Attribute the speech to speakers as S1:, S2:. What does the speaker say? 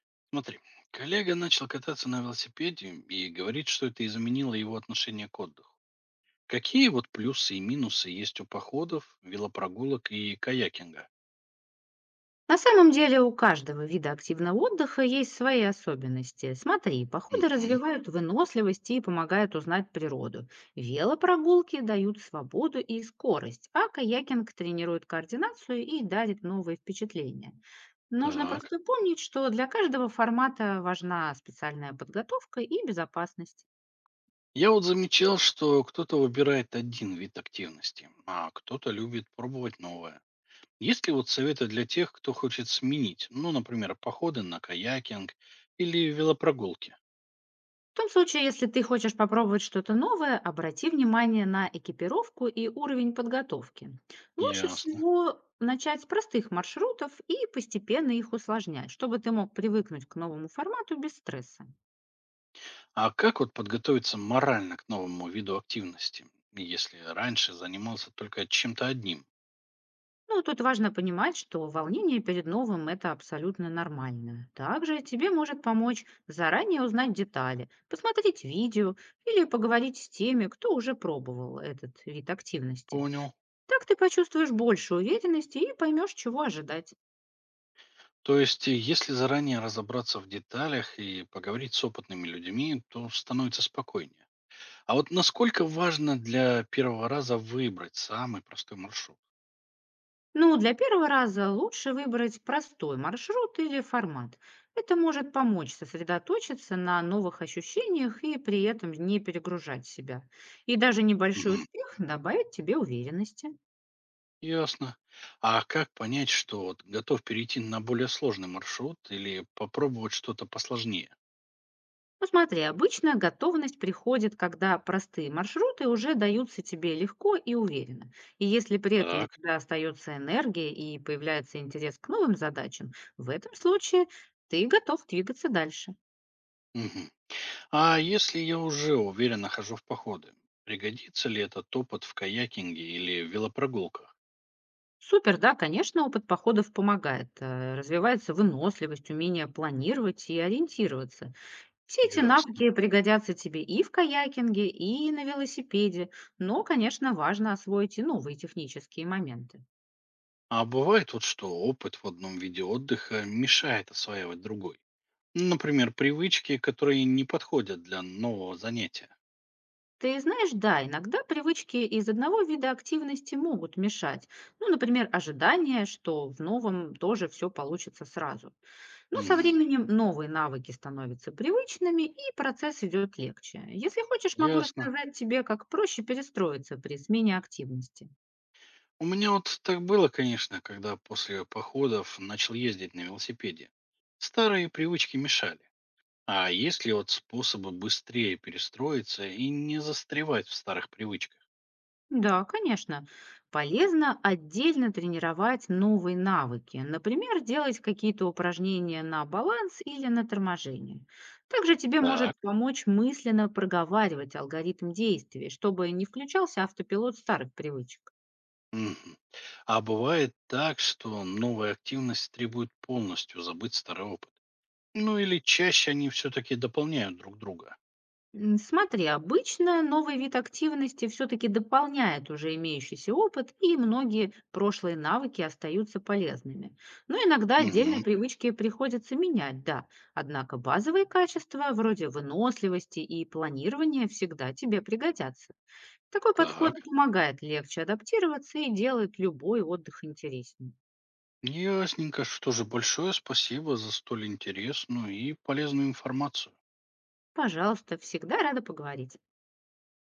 S1: Смотри, коллега начал кататься на велосипеде и говорит, что это изменило его отношение к отдыху. Какие вот плюсы и минусы есть у походов, велопрогулок и каякинга?
S2: На самом деле у каждого вида активного отдыха есть свои особенности. Смотри, походы
S1: Мгм.
S2: развивают выносливость и помогают узнать природу. Велопрогулки дают свободу и скорость, а каякинг тренирует координацию и дарит новые впечатления. Нужно
S1: Так.
S2: просто помнить, что для каждого формата важна специальная подготовка и безопасность.
S1: Я вот замечал, что кто-то выбирает один вид активности, а кто-то любит пробовать новое. Есть ли вот советы для тех, кто хочет сменить, ну, например, походы на каякинг или велопрогулки?
S2: В том случае, если ты хочешь попробовать что-то новое, обрати внимание на экипировку и уровень подготовки. Лучше
S1: Ясно.
S2: всего начать с простых маршрутов и постепенно их усложнять, чтобы ты мог привыкнуть к новому формату без стресса.
S1: А как вот подготовиться морально к новому виду активности, если раньше занимался только чем-то одним?
S2: Ну, тут важно понимать, что волнение перед новым — это абсолютно нормально. Также тебе может помочь заранее узнать детали, посмотреть видео или поговорить с теми, кто уже пробовал этот вид активности.
S1: Понял.
S2: Так ты почувствуешь больше уверенности и поймешь, чего ожидать.
S1: То есть, если заранее разобраться в деталях и поговорить с опытными людьми, то становится спокойнее. А вот насколько важно для первого раза выбрать самый простой маршрут?
S2: Ну, для первого раза лучше выбрать простой маршрут или формат. Это может помочь сосредоточиться на новых ощущениях и при этом не перегружать себя. И даже небольшой
S1: Мгм.
S2: успех добавит тебе уверенности.
S1: Ясно. А как понять, что вот готов перейти на более сложный маршрут или попробовать что-то посложнее?
S2: Ну смотри, обычно готовность приходит, когда простые маршруты уже даются тебе легко и уверенно. И если при этом у
S1: Так.
S2: тебя остается энергия и появляется интерес к новым задачам, в этом случае ты готов двигаться дальше.
S1: Мгм. А если я уже уверенно хожу в походы, пригодится ли этот опыт в каякинге или велопрогулках?
S2: Супер, да, конечно, опыт походов помогает. Развивается выносливость, умение планировать и ориентироваться. Все эти
S1: Ясно.
S2: навыки пригодятся тебе и в каякинге, и на велосипеде. Но, конечно, важно освоить и новые технические моменты.
S1: А бывает вот что опыт в одном виде отдыха мешает осваивать другой. Например, привычки, которые не подходят для нового занятия.
S2: Ты знаешь, да, иногда привычки из одного вида активности могут мешать. Ну, например, ожидание, что в новом тоже все получится сразу. Но со
S1: Мгм.
S2: временем новые навыки становятся привычными, и процесс идет легче. Если хочешь, могу
S1: Ясно.
S2: рассказать тебе, как проще перестроиться при смене активности.
S1: У меня вот так было, конечно, когда после походов начал ездить на велосипеде. Старые привычки мешали. А есть ли вот способы быстрее перестроиться и не застревать в старых привычках?
S2: Да, конечно. Полезно отдельно тренировать новые навыки. Например, делать какие-то упражнения на баланс или на торможение. Также тебе
S1: Так.
S2: может помочь мысленно проговаривать алгоритм действий, чтобы не включался автопилот старых привычек.
S1: Мгм. А бывает так, что новая активность требует полностью забыть старый опыт. Ну или чаще они все-таки дополняют друг друга.
S2: Смотри, обычно новый вид активности все-таки дополняет уже имеющийся опыт, и многие прошлые навыки остаются полезными. Но иногда отдельные
S1: Мгм.
S2: привычки приходится менять, да. Однако базовые качества, вроде выносливости и планирования, всегда тебе пригодятся. Такой подход
S1: Так,
S2: помогает легче адаптироваться и делает любой отдых интереснее.
S1: ясненько. Что же, большое спасибо за столь интересную и полезную информацию.
S2: Пожалуйста, всегда рада поговорить.